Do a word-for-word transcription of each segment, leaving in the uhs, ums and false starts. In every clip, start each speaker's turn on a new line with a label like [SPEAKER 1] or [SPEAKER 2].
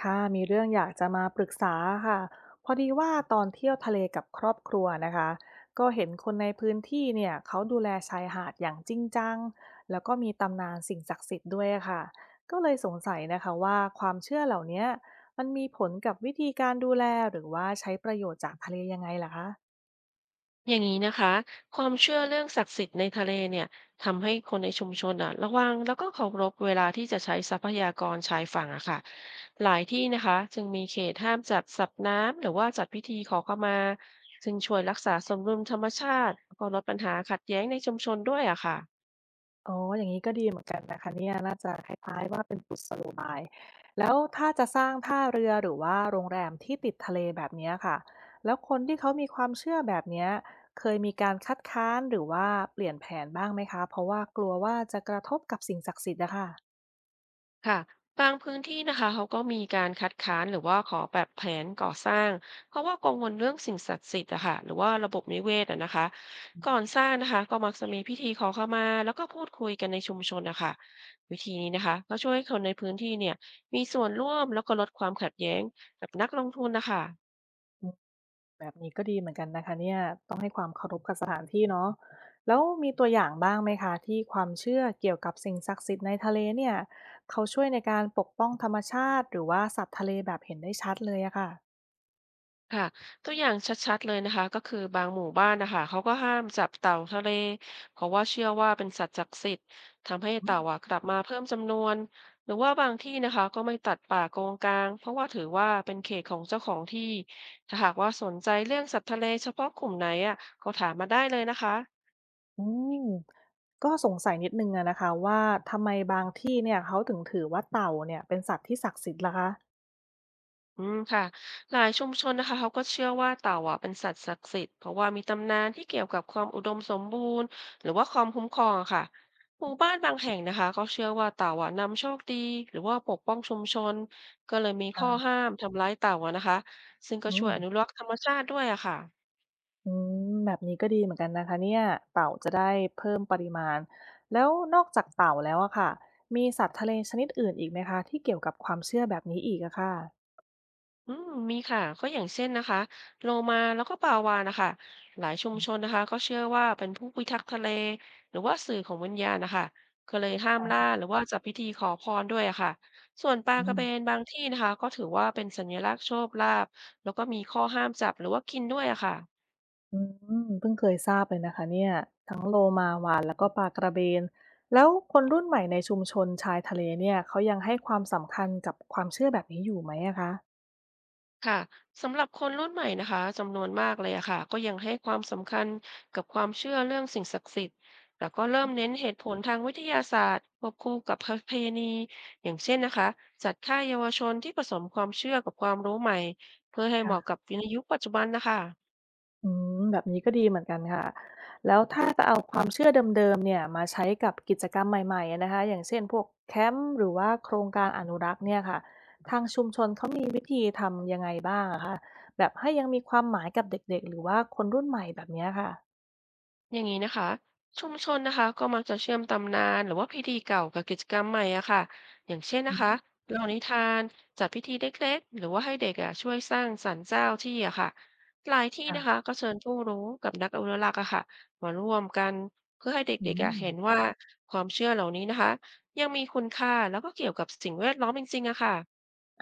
[SPEAKER 1] ค่ะมีเรื่องอยากจะมาปรึกษาค่ะพอดีว่าตอนเที่ยวทะเลกับครอบครัวนะคะก็เห็นคนในพื้นที่เนี่ยเขาดูแลชายหาดอย่างจริงจังแล้วก็มีตำนานสิ่งศักดิ์สิทธิ์ด้วยค่ะก็เลยสงสัยนะคะว่าความเชื่อเหล่าเนี้ยมันมีผลกับวิธีการดูแลหรือว่าใช้ประโยชน์จากทะเลยังไงล่ะคะ
[SPEAKER 2] อย่างนี้นะคะความเชื่อเรื่องศักดิ์สิทธิ์ในทะเลเนี่ยทำให้คนในชุมชนอ่ะระวังแล้วก็เคารพเวลาที่จะใช้ทรัพยากรชายฝั่งอะค่ะหลายที่นะคะจึงมีเขตห้ามจัดสัตว์น้ำหรือว่าจัดพิธีขอขมาซึ่งช่วยรักษาสมดุลธรรมชาติแล้วก็ลดปัญหาขัดแย้งในชุมชนด้วยอะค่ะ
[SPEAKER 1] อ๋ออย่างงี้ก็ดีเหมือนกันนะคะเนี่ยน่าจะคล้ายๆว่าเป็นกุศโลบายแล้วถ้าจะสร้างท่าเรือหรือว่าโรงแรมที่ติดทะเลแบบเนี้ยค่ะแล้วคนที่เขามีความเชื่อแบบเนี้ยเคยมีการคัดค้านหรือว่าเปลี่ยนแผนบ้างไหมคะเพราะว่ากลัวว่าจะกระทบกับสิ่งศักดิ์สิทธิ์อะค่ะ
[SPEAKER 2] ค่ะบางพื้นที่นะคะเขาก็มีการคัดค้านหรือว่าขอแบบแผนก่อสร้างเพราะว่ากังวลเรื่องสิ่งศักดิ์สิทธิ์อะค่ะหรือว่าระบบนิเวศอะนะคะก่อนสร้างนะคะก็มักจะมีพิธีขอขมาแล้วก็พูดคุยกันในชุมชนนะคะวิธีนี้นะคะก็ช่วยให้คนในพื้นที่เนี่ยมีส่วนร่วมแล้วก็ลดความขัดแย้งกับนักลงทุนนะคะ
[SPEAKER 1] แบบนี้ก็ดีเหมือนกันนะคะเนี่ยต้องให้ความเคารพกับสถานที่เนาะแล้วมีตัวอย่างบ้างไหมคะที่ความเชื่อเกี่ยวกับสิ่งศักดิ์สิทธิ์ในทะเลเนี่ยเขาช่วยในการปกป้องธรรมชาติหรือว่าสัตว์ทะเลแบบเห็นได้ชัดเลยอะค่ะ
[SPEAKER 2] ค่ะตัวอย่างชัดๆเลยนะคะก็คือบางหมู่บ้านนะคะเขาก็ห้ามจับเต่าทะเลเพราะว่าเชื่อว่าเป็นสัตว์ศักดิ์สิทธิ์ทำให้
[SPEAKER 1] อื
[SPEAKER 2] เต่าอ่ะ
[SPEAKER 1] ม
[SPEAKER 2] กลับมาเพิ่มจำนวนหรือว่าบางที่นะคะก็ไม่ตัดป่าโกงกางเพราะว่าถือว่าเป็นเขตของเจ้าของที่ถ้าหากว่าสนใจเรื่องสัตว์ทะเลเฉพาะกลุ่มไหนอ่ะก็ถามมาได้เลยนะคะ
[SPEAKER 1] อก็สงสัยนิดนึงอะนะคะว่าทำไมบางที่เนี่ยเขาถึงถือว่าเต่าเนี่ยเป็นสัตว์ที่ศักดิ์สิทธิ์ล่ะคะ
[SPEAKER 2] อืมค่ะหลายชุมชนนะคะเขาก็เชื่อว่าเต่าอ่ะเป็นสัตว์ศักดิ์สิทธิ์เพราะว่ามีตำนานที่เกี่ยวกับความอุดมสมบูรณ์หรือว่าความคุ้มครองอะค่ะหมู่บ้านบางแห่งนะคะเขาเชื่อว่าเต่าอ่ะนำโชคดีหรือว่าปกป้องชุมชนก็เลยมี
[SPEAKER 1] อ่
[SPEAKER 2] ข้อ
[SPEAKER 1] า
[SPEAKER 2] ห้ามทำร้ายเต่าอะนะคะซึ่งก็
[SPEAKER 1] อื
[SPEAKER 2] ช่วย
[SPEAKER 1] ม
[SPEAKER 2] อนุรักษ์ธรรมชาติด้วยอะค่ะ
[SPEAKER 1] อืมแบบนี้ก็ดีเหมือนกันนะคะเนี่ยเต่าจะได้เพิ่มปริมาณแล้วนอกจากเต่าแล้วอะค่ะมีสัตว์ทะเลชนิดอื่นอีกไหมคะที่เกี่ยวกับความเชื่อแบบนี้อีกอะค่ะ
[SPEAKER 2] อืมมีค่ะก็อย่างเช่นนะคะโลมาแล้วก็ปลาวาฬนะคะหลายชุม
[SPEAKER 1] อื
[SPEAKER 2] ชนนะคะก็เชื่อว่าเป็นผู้พิทักษ์ทะเลหรือว่าสื่อของวิญญาณนะคะก็เลยห้ามล่าหรือว่าจับพิธีขอพรด้วยอะค่ะส่วนปลากระ
[SPEAKER 1] ม
[SPEAKER 2] เบนบางที่นะคะก็ถือว่าเป็นสัญลักษณ์โชคลาภแล้วก็มีข้อห้ามจับหรือว่ากินด้วยอะค่ะ
[SPEAKER 1] อืมเพิ่งเคยทราบเลยนะคะเนี่ยทั้งโลมาวาฬแล้วก็ปลากระเบนแล้วคนรุ่นใหม่ในชุมชนชายทะเลเนี่ยเขายังให้ความสำคัญกับความเชื่อแบบนี้อยู่ไหมอะคะ
[SPEAKER 2] ค่ะสำหรับคนรุ่นใหม่นะคะจำนวนมากเลยอะค่ะก็ยังให้ความสำคัญกับความเชื่อเรื่องสิ่งศักดิ์สิทธิ์แล้วก็เริ่มเน้นเหตุผลทางวิทยาศาสตร์ควบคู่กับประเพณีอย่างเช่นนะคะจัดค่ายเยาวชนที่ผสมความเชื่อกับความรู้ใหม่เพื่อให้เหมาะกั
[SPEAKER 1] ค่ะ
[SPEAKER 2] บในยุคปัจจุบันนะคะ
[SPEAKER 1] อืมแบบนี้ก็ดีเหมือนกันค่ะ แล้วถ้าจะเอาความเชื่อเดิมๆเนี่ยมาใช้กับกิจกรรมใหม่ๆอะนะคะอย่างเช่นพวกแคมป์หรือว่าโครงการอนุรักษ์เนี่ยค่ะทางชุมชนเขามีวิธีทำยังไงบ้างอะคะแบบให้ยังมีความหมายกับเด็กๆหรือว่าคนรุ่นใหม่แบบเนี้ยค่ะ
[SPEAKER 2] อย่างนี้นะคะชุมชนนะคะก็มักจะเชื่อมตำนานหรือว่าพิธีเก่ากับกิจกรรมใหม่อะค่ะอย่างเช่น
[SPEAKER 1] อื
[SPEAKER 2] นะคะ
[SPEAKER 1] ม
[SPEAKER 2] เล่านิทานจัดพิธีเล็กๆหรือว่าให้เด็กอะช่วยสร้างศาลเจ้าที่อะค่ะหลายที่นะ
[SPEAKER 1] ค่ะ
[SPEAKER 2] คะก็เชิญผู้รู้กับนักอนุรักษ์อะค่ะมาร่วมกันเพื่อให้
[SPEAKER 1] อื
[SPEAKER 2] เด็กๆอะ
[SPEAKER 1] ม
[SPEAKER 2] เห็นว่าความเชื่อเหล่านี้นะคะยังมีคุณค่าแล้วก็เกี่ยวกับสิ่งแวดล้อมจริงๆอะค่ะ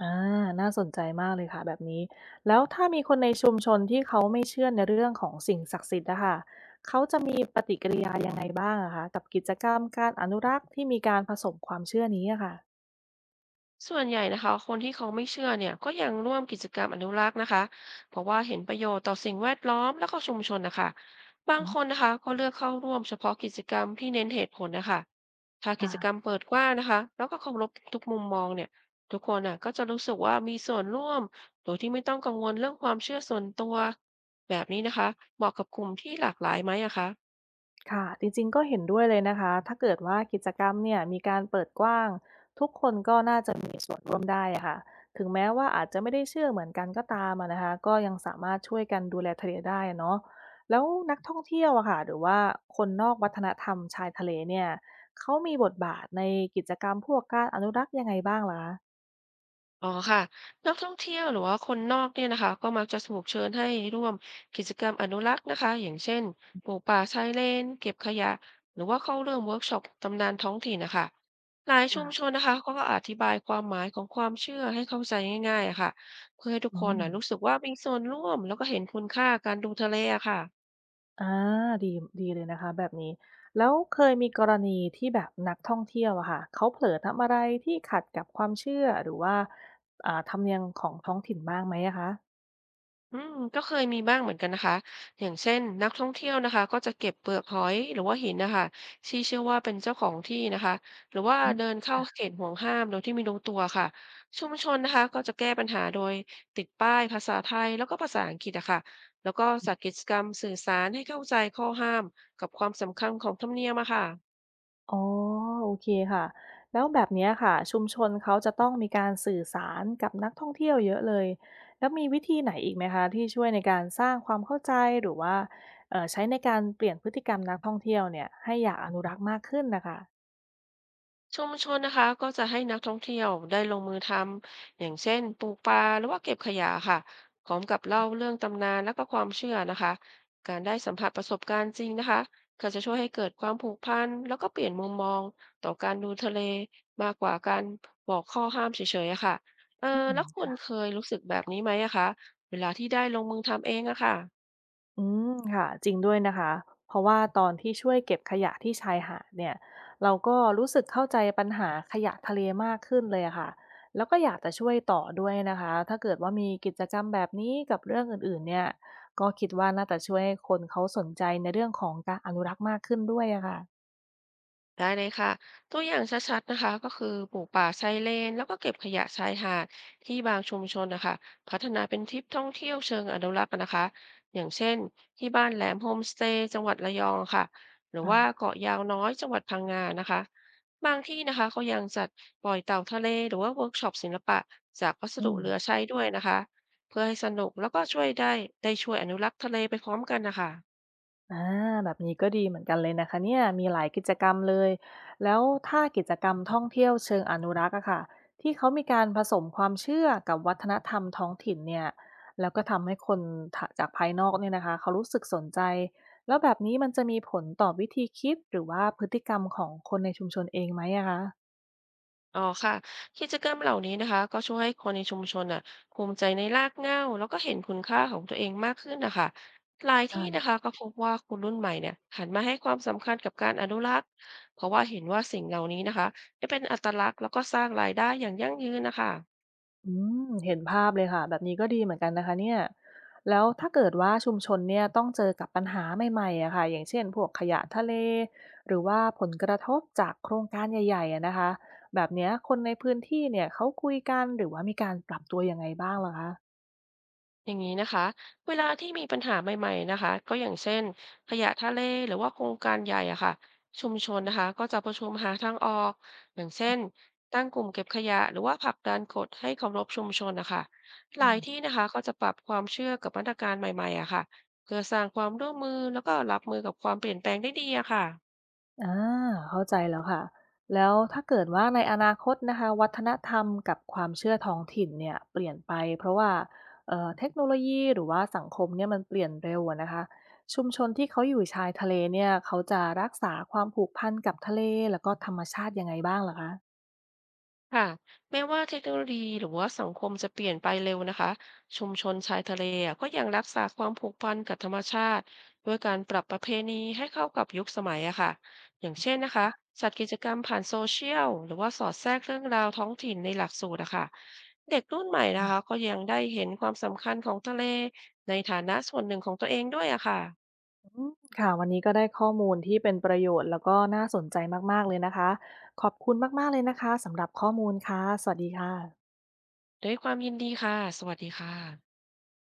[SPEAKER 1] อาน่าสนใจมากเลยค่ะแบบนี้ แล้วถ้ามีคนในชุมชนที่เขาไม่เชื่อในเรื่องของสิ่งศักดิ์สิทธิ์นะคะเขาจะมีปฏิกิริยายังไงบ้างอะคะกับกิจกรรมการอนุรักษ์ที่มีการผสมความเชื่อนี้อะค่ะ
[SPEAKER 2] ส่วนใหญ่นะคะคนที่เขาไม่เชื่อเนี่ยก็ยังร่วมกิจกรรมอนุรักษ์นะคะเพราะว่าเห็นประโยชน์ต่อสิ่งแวดล้อมแล้วก็ชุมชนนะคะบาง
[SPEAKER 1] อื
[SPEAKER 2] คน
[SPEAKER 1] ม
[SPEAKER 2] นะคะก็เลือกเข้าร่วมเฉพาะกิจกรรมที่เน้นเหตุผลนะคะถ้ากิ
[SPEAKER 1] ค่ะ
[SPEAKER 2] จกรรมเปิดกว้างนะคะแล้วก็เคารพทุกมุมมองเนี่ยทุกคนน่ะก็จะรู้สึกว่ามีส่วนร่วมโดยที่ไม่ต้องกังวลเรื่องความเชื่อส่วนตัวแบบนี้นะคะเหมาะกับกลุ่มที่หลากหลายไหมอะคะ
[SPEAKER 1] ค่ะจริงๆก็เห็นด้วยเลยนะคะถ้าเกิดว่ากิจกรรมเนี่ยมีการเปิดกว้างทุกคนก็น่าจะมีส่วนร่วมได้อะค่ะถึงแม้ว่าอาจจะไม่ได้เชื่อเหมือนกันก็ตามอะนะคะก็ยังสามารถช่วยกันดูแลทะเลได้อะเนาะแล้วนักท่องเที่ยวอะค่ะหรือว่าคนนอกวัฒนธรรมชายทะเลเนี่ยเขามีบทบาทในกิจกรรมพวกการอนุรักษ์ยังไงบ้างล่ะคะ
[SPEAKER 2] อ๋อค่ะนักท่องเที่ยวหรือว่าคนนอกเนี่ยนะคะก็มักจะถูกเชิญให้ร่วมกิจกรรมอนุรักษ์นะคะอย่างเช่นปลูกป่าชายเลนเก็บขยะหรือว่าเข้าร่วมเวิร์กช็อปตำนานท้องถิ่นนะคะหลายชุ
[SPEAKER 1] ค่ะ
[SPEAKER 2] มชนนะคะเขาก็อธิบายความหมายของความเชื่อให้เข้าใจง่ายๆอะค่ะเพื่อให้ทุก
[SPEAKER 1] อื
[SPEAKER 2] คน
[SPEAKER 1] ม
[SPEAKER 2] นะรู้สึกว่ามีส่วนร่วมแล้วก็เห็นคุณค่าการดูทะเลอะค่ะ
[SPEAKER 1] อาดีดีเลยนะคะแบบนี้แล้วเคยมีกรณีที่แบบนักท่องเที่ยวอะค่ะเขาเผลอทำอะไรที่ขัดกับความเชื่อหรือว่าอ่าธรรมเนียมของท้องถิ่นบ้างไหมอะคะ
[SPEAKER 2] อืมก็เคยมีบ้างเหมือนกันนะคะอย่างเช่นนักท่องเที่ยวนะคะก็จะเก็บเปลือกหอยหรือว่าหินนะคะที่เชื่อว่าเป็นเจ้าของที่นะคะหรือว่า
[SPEAKER 1] อืม
[SPEAKER 2] เดินเข้าเขตห่วงห้ามโดยที่ไม่รู้ตัวค่ะชุมชนนะคะก็จะแก้ปัญหาโดยติดป้ายภาษาไทยแล้วก็ภาษาอังกฤษอะค่ะแล้วก็จัดกิจกรรมสื่อสารให้เข้าใจข้อห้ามกับความสำคัญของธรรมเนียมอะค่ะ
[SPEAKER 1] อ๋อโอเคค่ะแล้วแบบเนี้ยค่ะชุมชนเขาจะต้องมีการสื่อสารกับนักท่องเที่ยวเยอะเลยแล้วมีวิธีไหนอีกไหมคะที่ช่วยในการสร้างความเข้าใจหรือว่าเอ่อใช้ในการเปลี่ยนพฤติกรรมนักท่องเที่ยวเนี่ยให้อยากอนุรักษ์มากขึ้นน่ะค่ะ
[SPEAKER 2] ชุมชนนะคะก็จะให้นักท่องเที่ยวได้ลงมือทำอย่างเช่นปลูกปลาหรือว่าเก็บขยะค่ะพร้อมกับเล่าเรื่องตำนานและก็ความเชื่อนะคะการได้สัมผัสประสบการณ์จริงนะคะก็จะช่วยให้เกิดความผูกพันแล้วก็เปลี่ยนมุมมองต่อการดูทะเลมากกว่าการบอกข้อห้ามเฉยๆอะค่ะเอ
[SPEAKER 1] อื
[SPEAKER 2] อแล้
[SPEAKER 1] ม
[SPEAKER 2] วคุณเคยรู้สึกแบบนี้ไหมอะคะเวลาที่ได้ลงมือทำเองอะค่ะ
[SPEAKER 1] อืมค่ะจริงด้วยนะคะเพราะว่าตอนที่ช่วยเก็บขยะที่ชายหาดเนี่ยเราก็รู้สึกเข้าใจปัญหาขยะทะเลมากขึ้นเลยอะค่ะแล้วก็อยากจะช่วยต่อด้วยนะคะถ้าเกิดว่ามีกิจกรรมแบบนี้กับเรื่องอื่นๆเนี่ยก็คิดว่าน่าจะช่วยให้คนเขาสนใจในเรื่องของการอนุรักษ์มากขึ้นด้วยอะค่ะ
[SPEAKER 2] ได้เลยค่ะตัวอย่างชัดๆนะคะก็คือปลูกป่าชายเลนแล้วก็เก็บขยะชายหาดที่บางชุมชนนะคะพัฒนาเป็นทริปท่องเที่ยวเชิงอนุรักษ์นะคะอย่างเช่นที่บ้านแหลมโฮมสเตย์จังหวัดระยองค่ะหรือว่า
[SPEAKER 1] ค่ะ
[SPEAKER 2] เกาะยาวน้อยจังหวัดพังงานะคะบางที่นะคะเขายังจัดปล่อยเต่าทะเลหรือว่าเวิร์กช็อปศิลปะจากวัส
[SPEAKER 1] อื
[SPEAKER 2] ดุ
[SPEAKER 1] ม
[SPEAKER 2] เหลือใช้ด้วยนะคะเพื่อให้สนุกแล้วก็ช่วยได้ได้ช่วยอนุรักษ์ทะเลไปพร้อมกันนะคะ
[SPEAKER 1] อาแบบนี้ก็ดีเหมือนกันเลยนะคะเนี่ยมีหลายกิจกรรมเลยแล้วถ้ากิจกรรมท่องเที่ยวเชิงอนุรักษ์อะค่ะที่เขามีการผสมความเชื่อกับวัฒนธรรมท้องถิ่นเนี่ยแล้วก็ทำให้คนถจากภายนอกเนี่ยนะคะเขารู้สึกสนใจแล้วแบบนี้มันจะมีผลต่อวิธีคิดหรือว่าพฤติกรรมของคนในชุมชนเองไหมอะค
[SPEAKER 2] อ๋อค่ะกิจกรรมเหล่านี้นะคะก็ช่วยให้คนในชุมชนน่ะภูมิใจในรากเหง้าแล้วก็เห็นคุณค่าของตัวเองมากขึ้นนะคะหลายที่นะ
[SPEAKER 1] ะ
[SPEAKER 2] คะก็พบว่าคนรุ่นใหม่เนี่ยหันมาให้ความสำคัญกับการอนุรักษ์เพราะว่าเห็นว่าสิ่งเหล่านี้นะคะจะเป็นอัตลักษณ์แล้วก็สร้างรายได้อย่างยั่งยืนนะคะ
[SPEAKER 1] อืมเห็นภาพเลยค่ะแบบนี้ก็ดีเหมือนกันนะคะเนี่ยแล้วถ้าเกิดว่าชุมชนเนี่ยต้องเจอกับปัญหาใหม่ๆอะค่ะอย่างเช่นพวกขยะทะเลหรือว่าผลกระทบจากโครงการใหญ่ๆอะนะคะแบบเนี้ยคนในพื้นที่เนี่ยเขาคุยกันหรือว่ามีการปรับตัวยังไงบ้างเหรอคะ
[SPEAKER 2] อย่างนี้นะคะเวลาที่มีปัญหาใหม่ๆนะคะก็อย่างเช่นขยะทะเลหรือว่าโครงการใหญ่อะค่ะชุมชนนะคะก็จะประชุมหาทางออกอย่างเช่นตั้งกลุ่มเก็บขยะหรือว่าผลักดันกฎให้เคารพชุมชนนะคะห
[SPEAKER 1] อื
[SPEAKER 2] ลายที่
[SPEAKER 1] ม
[SPEAKER 2] นะคะก็จะปรับความเชื่อกับมาตรการใหม่ๆอะค่ะเพื่อสร้างความร่วมมือแล้วก็รับมือกับความเปลี่ยนแปลงได้ดีอะค่ะ
[SPEAKER 1] อาเข้าใจแล้วค่ะแล้วถ้าเกิดว่าในอนาคตนะคะวัฒนธรรมกับความเชื่อท้องถิ่นเนี่ยเปลี่ยนไปเพราะว่าเอ่อเทคโนโลยีหรือว่าสังคมเนี่ยมันเปลี่ยนเร็วอะนะคะชุมชนที่เขาอยู่ชายทะเลเนี่ยเขาจะรักษาความผูกพันกับทะเลแล้วก็ธรรมชาติยังไงบ้างเหรอคะ
[SPEAKER 2] ค่ะแม้ว่าเทคโนโลยีหรือว่าสังคมจะเปลี่ยนไปเร็วนะคะชุมชนชายทะเลอะก็ยังรักษาความผูกพันกับธรรมชาติด้วยการปรับประเพณีให้เข้ากับยุคสมัยอะค่ะอย่างเช่นนะคะ
[SPEAKER 1] ค่ะ
[SPEAKER 2] จัดกิจกรรมผ่านโซเชียลหรือว่าสอดแทรกเรื่องราวท้องถิ่นในหลักสูตรอะค่ะเด็กรุ่นใหม่นะคะก็ยังได้เห็นความสำคัญของทะเลในฐานะส่วนหนึ่งของตัวเองด้วยอะค่ะ
[SPEAKER 1] อืมค่ะวันนี้ก็ได้ข้อมูลที่เป็นประโยชน์แล้วก็น่าสนใจมากๆเลยนะคะขอบคุณมากๆเลยนะคะสำหรับข้อมูลค่ะสวัสดีค่ะ
[SPEAKER 2] ด้วยความยินดีค่ะสวัสดีค่ะ